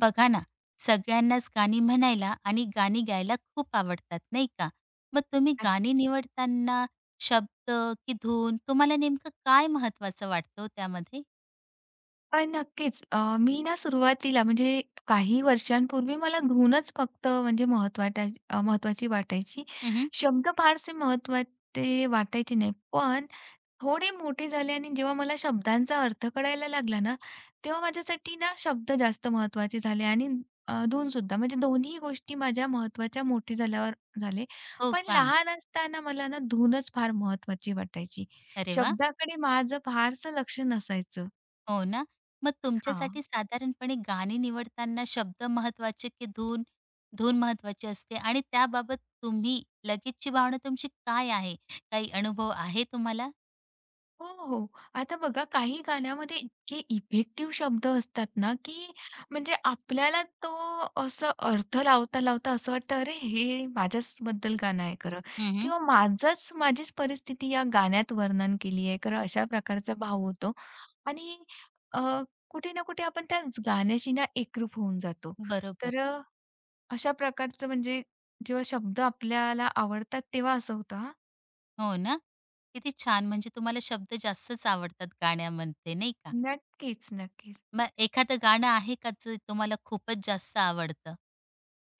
बघा ना, सगळ्यांनाच गाणी म्हणायला आणि गाणी गायला खूप आवडतात, नाही का? मग तुम्ही गाणी नक्कीच. निवडताना शब्द की धून तुम्हाला नेमकं काय महत्त्वाचं वाटतं हो त्यामध्ये? नक्कीच. मी ना सुरुवातीला म्हणजे काही वर्षांपूर्वी मला धूनच फक्त म्हणजे महत्त्वाची वाटायची. हं. शब्द फारसे महत्त्वाचे वाटायचे नाही. पण थोडे मोठे झाले आणि जेव्हा मला शब्दांचा अर्थ कळायला लागला ना, तेव्हा माझ्यासाठी ना शब्द जास्त महत्त्वाचे झाले आणि धूनसुद्धा. म्हणजे दोन्ही गोष्टी माझ्या महत्त्वाच्या मोठे झाल्यावर झाले. हो पण का? लहान असताना मला ना धूनच फार महत्त्वाची वाटायची. अरे वा. शब्दाकडे माझं फारसं लक्ष नसायचं. हो ना. मग हां. तुमच्यासाठी साधारणपणे गाणी निवडताना शब्द महत्त्वाचे की धून? धून महत्त्वाची असते आणि त्याबाबत तुम्ही लगेचची भावना तुमची काय आहे? काही अनुभव आहे तुम्हाला? हो, हो. आता बघा काही गाण्यामध्ये इतके इफेक्टिव्ह शब्द असतात ना, की म्हणजे आपल्याला तो असं अर्थ लावता असं वाटतं, "अरे, हे माझ्याचबद्दल गाणं आहे खरं." हं, किंवा माझीच परिस्थिती या गाण्यात वर्णन केली आहे खरं, अशा प्रकारचा भाव होतो. आणि अ, कुठे ना कुठे आपण त्याच गाण्याशी ना एकरूप होऊन जातो. बरोबर. तर अशा प्रकारचं म्हणजे जेव्हा शब्द आपल्याला आवडतात तेव्हा असं होतं हां. हो ना? किती छान! म्हणजे तुम्हाला शब्द जास्तच आवडतात गाण्यामध्ये, नाही का? नक्कीच, नक्कीच. मग एखादं गाणं आहे का जे तुम्हाला खूपच जास्त आवडतं?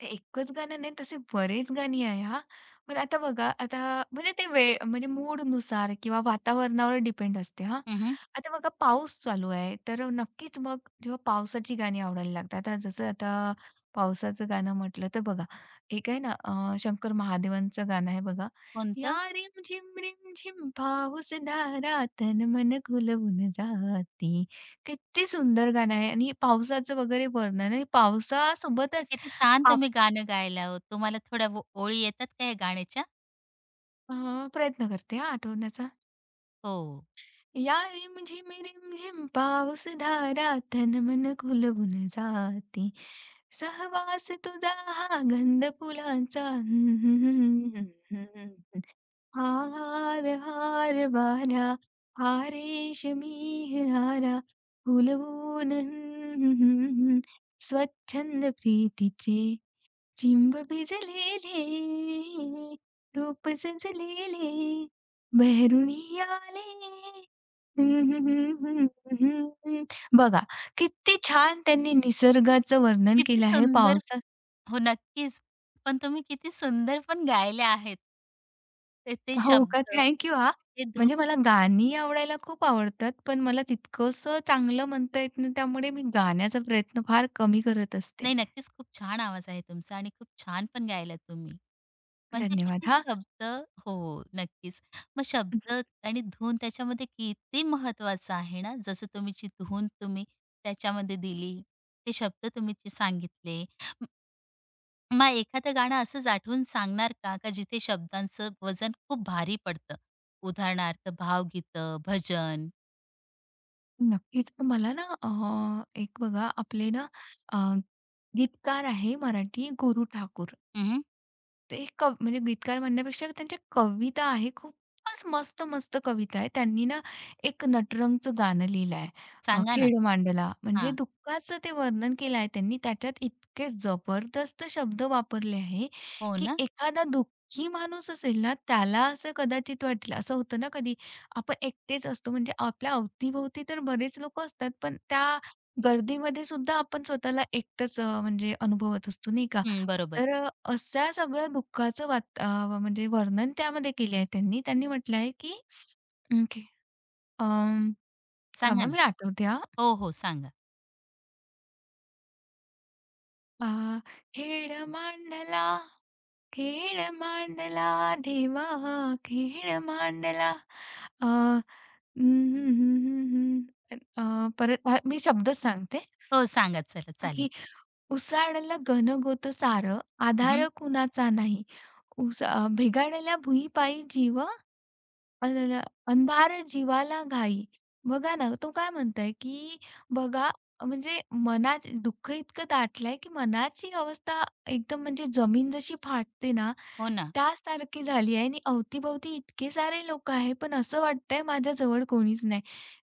एकच गाणं नाही, तसे बरेच गाणी आहे हां. पण आता बघा, आता म्हणजे ते वेळ म्हणजे मूडनुसार किंवा वातावरणावर डिपेंड असते हां. हं, हं. आता बघा पाऊस चालू आहे, तर नक्कीच मग जेव्हा पावसाची गाणी आवडायला लागतात. आता जसं आता पावसाचं गाणं म्हटलं तर बघा, एक आहे ना शंकर महादेवांचं गाणं आहे बघा. या कोणतं? रिमझिम रिमझिम पाऊस धारा तन मन खुलवून जाती. किती सुंदर गाणं आहे आणि पावसाचं वगैरे वर्णन आणि पावसासोबतच किती छान तुम्ही गाणं गायला हो. तुम्हाला थोड्या ओळी येतात का या गाण्याच्या? अ, प्रयत्न करते हां आठवण्याचा. हो. या रिम झिम रिम झिम पाऊसधारा तन मन खुलवून जाते. सहवास तुझा हा गंध फुलांचा हं, हं, हं, हं, हं, हं. हार हार वारा हा रेशमी हारा फुलवून स्वच्छंद प्रीतीचे चिंब भिजलेले, रूप सजलेले, बहरुनी आले. हम्म, हम्म, हम्म, हम्म. बघा, किती छान त्यांनी निसर्गाचं वर्णन किती केलं आहे सुंदर. पावसात. हो, नक्कीच. पण तुम्ही किती सुंदर पण गायले आहेत. ते ते हो का? शब्द, थँक यू हां. ते धून. म्हणजे मला गाणी आवडायला खूप आवडतात, पण मला तितकंसं चांगलं म्हणता येत नाही, त्यामुळे मी गाण्याचा प्रयत्न फार कमी करत असते. नाही, नक्कीच खूप छान आवाज आहे तुमचा आणि खूप छान पण गायलात तुम्ही. म्हणजे धन्यवाद किती हां. शब्द. हो, नक्कीच. मग शब्द आणि धून त्याच्यामध्ये किती महत्त्वाचं आहे ना, जसं तुम्ही जी धून तुम्ही त्याच्यामध्ये दिली, ते शब्द तुम्ही जे सांगितले. मग एखादं गाणं असंच आठवून सांगणार का, का जिथे शब्दांचं वजन खूप भारी पडतं? उदाहरणार्थ भावगीतं, भजन. नक्कीच. मला ना एक बघा आपले ना अ, गीतकार आहे मराठी गुरु ठाकूर. हं. ते म्हणजे गीतकार म्हणण्यापेक्षा त्यांच्या कविता आहे, खूपच मस्त-मस्त कविता आहे. त्यांनी ना एक नटरंगचं गाणं लिहिलं आहे. सांगा ना. खेळ मांडला म्हणजे हां. दुःखाचं ते वर्णन केलं आहे त्यांनी. त्याच्यात इतके जबरदस्त शब्द वापरले आहे, हो की ना? एखादा दुःखी माणूस असेल ना, त्याला असं कदाचित वाटलं असं होतं ना कधी, आपण एकटेच असतो म्हणजे आपल्या अवती तर बरेच लोकं असतात, पण त्या गर्दीमध्ये सुद्धा आपण स्वतःला एकटंच म्हणजे अनुभवत असतो, नाही का? हं, बरोबर. तर अशा सगळ्या दुःखाचं म्हणजे वर्णन त्यामध्ये केले आहे त्यांनी. त्यांनी म्हटलं आहे की ओके अं, सांगा थांबा ना. मी आठवते हां. हो, हो, सांगा. अ, खेळ मांडला, खेळ मांडला देवा, खेळ मांडला. अ, हम्म, अ, परत हा मी शब्दच सांगते हो, सांगा. चला चालेल. की "उसाडलं घनगोत सार हं. आधार कुणाचा नाही. भेगाडल्या भुईपायी जीव, अल्ल अंधार जीवाला घाई. बघा ना, तो काय म्हणतोय, की बघा म्हणजे मनात दुःख इतकं दाटलंय, की मनाची अवस्था एकदम म्हणजे जमीन जशी फाटते ना, हो ना. त्यासारखी झाली आहे आणि अवतीभवती इतके सारे लोकं आहे, पण असं वाटतंय माझ्याजवळ कोणीच नाही.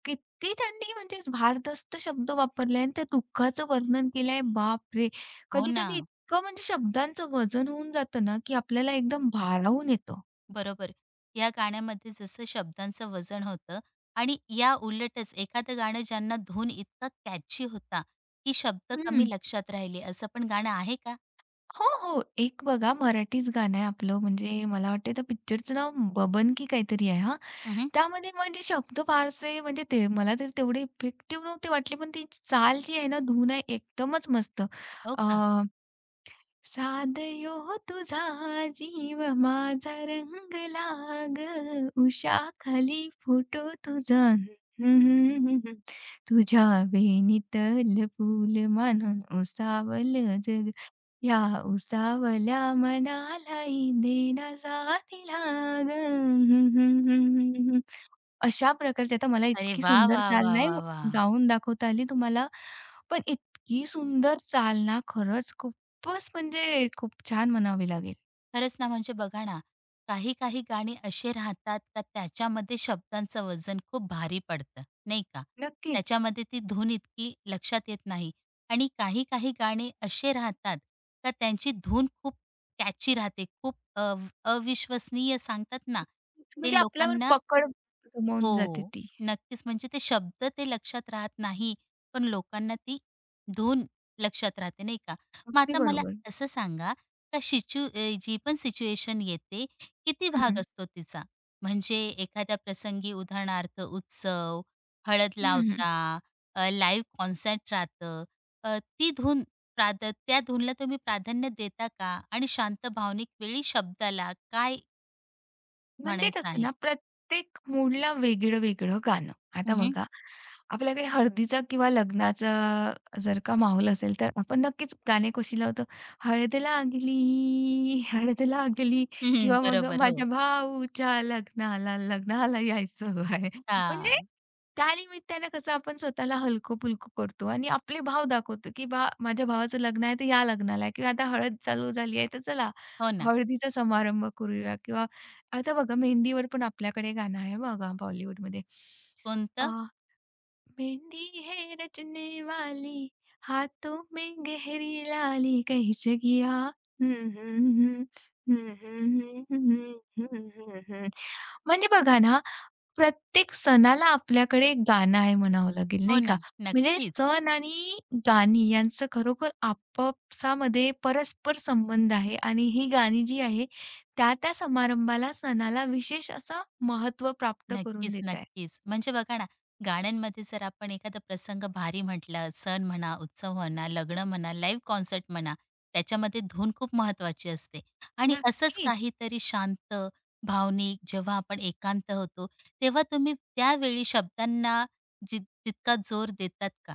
किती त्यांनी म्हणजे भारदस्त शब्द वापरले आणि त्या दुःखाचं वर्णन केलंय. बापरे! हो ना. कधी-कधी इतकं म्हणजे शब्दांचं वजन होऊन जातं ना, की आपल्याला एकदम भारावून येतं. बरोबर. या गाण्यामध्ये जसं शब्दांचं वजन होतं आणि या उलटच एखादं गाणं ज्यांना धून इतका कॅची होता, की शब्द कमी लक्षात राहिले असं पण गाणं आहे का? हो, हो. एक बघा मराठीच गाणं आहे आपलं म्हणजे मला वाटतं त्या पिक्चरचं नाव बबन की काहीतरी आहे हां. हं. त्यामध्ये म्हणजे शब्द फारसे म्हणजे ते मला तर तेवढे इफेक्टिव्ह नव्हते वाटले, पण ती चाल जी आहे ना, धून आहे एकदमच मस्त. हो का? अ, सादयो तुझा जीव माझा रंगला गं, उषाखाली फोटो तुझा तुझ्या वेणीतल फूल मानून उसावल जग. या उसावल्या मनाला इंदेना जातीला गं, हं, हं, हं, हं, हं. अशा प्रकारची आता मला अरे इतकी वा, सुंदर वा, चाल वा, नाही वा, वा. गाऊन दाखवता आली तुम्हाला. पण इतकी सुंदर चाल ना खरंच खूपच म्हणजे खूप छान म्हणावी लागेल. खरंच ना, म्हणजे बघा ना, काही काही गाणी असे राहतात का त्याच्यामध्ये शब्दांचं वजन खूप भारी पडतं, नाही का? नक्कीच. त्याच्यामध्ये ती धून इतकी लक्षात येत नाही आणि काही काही गाणे असे राहतात का त्यांची धून खूप कॅची राहते, खूप अविश्वसनीय सांगतात ना, म्हणजे ते आपल्यावर लोकांना. पकड गमावून जाते हो. ती. नक्कीच. म्हणजे ते शब्द ते लक्षात राहत नाही, पण लोकांना ती धून लक्षात राहते, नाही का? मग अगदी आता मला बरोबर. असं सांगा, जी पण सिच्युएशन येते, किती भाग हं, असतो तिचा? म्हणजे एखाद्या प्रसंगी उदाहरणार्थ उत्सव, हळद हं, हं. लावता, लाईव्ह कॉन्सर्ट राहतं, ती धून त्या धूनला तुम्ही प्राधान्य देता का? आणि शांत भावनिक वेळी शब्दाला काय म्हणजे म्हणायचं कसं आहे? ना, प्रत्येक मूडला वेगळं-वेगळं गाणं. आता हं, हं. बघा, आपल्याकडे हळदीचा किंवा लग्नाचा जर का माहोल असेल, तर आपण नक्कीच गाणे कशी लावतो, "हळद लागली, हळद लागली" किंवा मग बरोबर. हो. "माझ्या भाऊच्या लग्नाला, लग्नाला यायचं आहे." म्हणजे हां. त्यानिमित्तानं कसं आपण स्वतःला हलकं-फुलकं करतो आणि आपले भाव दाखवतो, की "बा माझ्या भावाचं लग्न आहे, तर या लग्नाला" किंवा "आता हळद चालू झाली आहे, तर चला हो ना. हळदीचा समारंभ करूया" किंवा आता बघा मेहंदीवर पण आपल्याकडे गाणं आहे बघा बॉलिवूडमध्ये. अ, कोणतं? मेहंदी है रचने वाली, हाथों में गहरी लाली, कैसे किया हं, हं, हं. हं, हं, हं, हं, हं, हं, म्हणजे बघा ना प्रत्येक सणाला आपल्याकडे एक गाणं आहे म्हणावं लागेल, हो नाही ना. का? म्हणजे नक्कीच. सण आणि गाणी यांचं खरोखर आपापसामध्ये परस्पर संबंध आहे आणि ही गाणी जी आहे, त्या-त्या समारंभाला, सणाला विशेष असं महत्त्व प्राप्त करून नक्कीच, देत आहे. नक्कीच. म्हणजे बघा ना, गाण्यांमध्ये जर आपण एखादा प्रसंग भारी म्हटलं, सण म्हणा, उत्सव म्हणा, लग्न म्हणा, लाईव्ह कॉन्सर्ट म्हणा, त्याच्यामध्ये धून खूप महत्त्वाची असते. आणि असंच नक्कीच. काहीतरी शांत, भावनिक जेव्हा आपण एकांत होतो, तेव्हा तुम्ही त्यावेळी शब्दांना जित तितका जोर देतात का?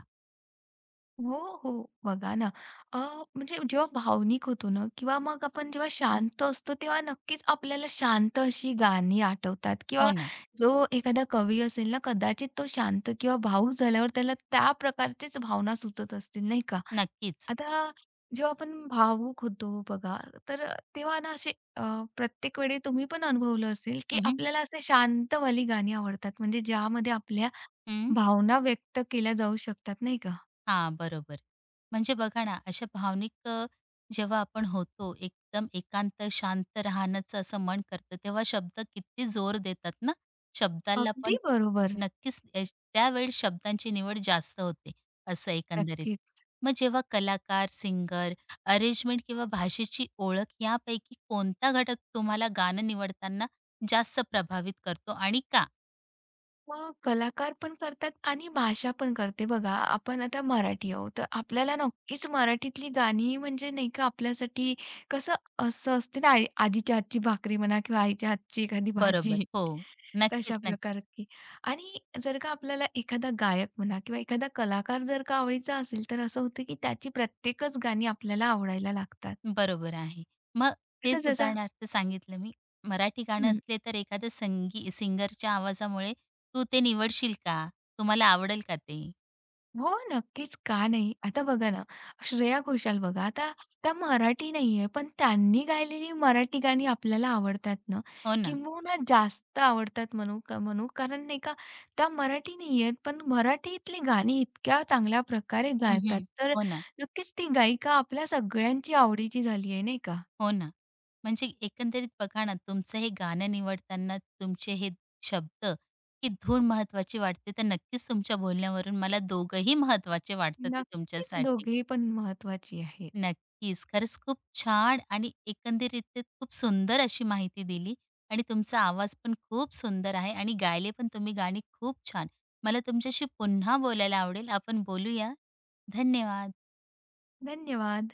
हो, हो. बघा ना, अ, म्हणजे जेव्हा भावनिक होतो ना किंवा मग आपण जेव्हा शांत असतो, तेव्हा नक्कीच आपल्याला शांत अशी गाणी आठवतात हो किंवा ना. जो एखादा कवी असेल ना, कदाचित तो शांत किंवा भावूक झाल्यावर त्याला त्या प्रकारचीच भावना सुचत असतील, नाही का? नक्कीच. आता जेव्हा आपण भावूक होतो बघा, तर तेव्हा ना असे प्रत्येक वेळी तुम्ही पण अनुभवलं असेल, की हं, हं. आपल्याला असे शांतवाली गाणी आवडतात, म्हणजे ज्यामध्ये आपल्या हं. भावना व्यक्त केल्या जाऊ शकतात, नाही का? बरोबर. म्हणजे बघा ना, जेव्हा आपण होतो, एकदम एकांत शांत राहण्याचं असं मन करतं, तेव्हा शब्द किती जोर देतात ना. शब्दाला अगदी पण बरोबर. नक्कीच ए त्यावेळी शब्दांची निवड जास्त होते, असं एकंदरीत. नक्कीच. मग जेव्हा कलाकार, सिंगर, अरेंजमेंट किंवा भाषेची ओळख यापैकी कोणता घटक तुम्हाला गाणं निवडताना जास्त प्रभावित करतो आणि का? मग कलाकार पण करतात आणि भाषा पण करते. बघा, आपण आता मराठी आहोत, तर आपल्याला नक्कीच मराठीतली गाणी म्हणजे नाही का आपल्यासाठी कसं असं असते ना, आई आजीच्या हातची भाकरी म्हणा किंवा आईच्या हातची एखादी बरोबर. भाजी, हो. तशा नक्कीच, नक्कीच. प्रकारची. आणि जर का आपल्याला एखादा गायक म्हणा किंवा एखादा कलाकार जर का आवडीचा असेल, तर असं होतं की त्याची प्रत्येकच गाणी आपल्याला आवडायला लागतात. बरोबर आहे. मग आता तेच जसा उदाहरणार्थ सांगितलं मी. मराठी गाणं असले तर एखाद्या सिंगरच्या आवाजामुळे तू ते निवडशील का? तुम्हाला आवडेल का ते? हो, नक्कीच. का नाही? आता बघा ना, श्रेया घोषाल बघा, आता त्या मराठी नाहीये, पण त्यांनी गायलेली मराठी गाणी आपल्याला आवडतात ना, हो ना. किंबहुना जास्त आवडतात म्हणू का म्हणू. कारण नाही का, त्या मराठी नाहीयेत, पण मराठीतली गाणी इतक्या चांगल्या प्रकारे गातात. हं, तर हो ना, नक्कीच ती गायिका आपल्या सगळ्यांची आवडीची झाली आहे, नाही का? हो ना. म्हणजे एकंदरीत बघा ना, तुमचं हे गाणं निवडताना तुमचे हे शब्द, ही धून महत्त्वाची वाटते, तर नक्कीच तुमच्या बोलण्यावरून मला दोघंही महत्त्वाचे वाटतात ते नक्कीच तुमच्यासाठी. दोघेही पण महत्त्वाची आहेत. नक्कीच. खरंच खूप छान आणि एकंदरीत खूप सुंदर अशी माहिती दिली आणि तुमचा आवाज पण खूप सुंदर आहे आणि गायले पण तुम्ही गाणी खूप छान. मला तुमच्याशी पुन्हा बोलायला आवडेल. आपण बोलूया. धन्यवाद. धन्यवाद.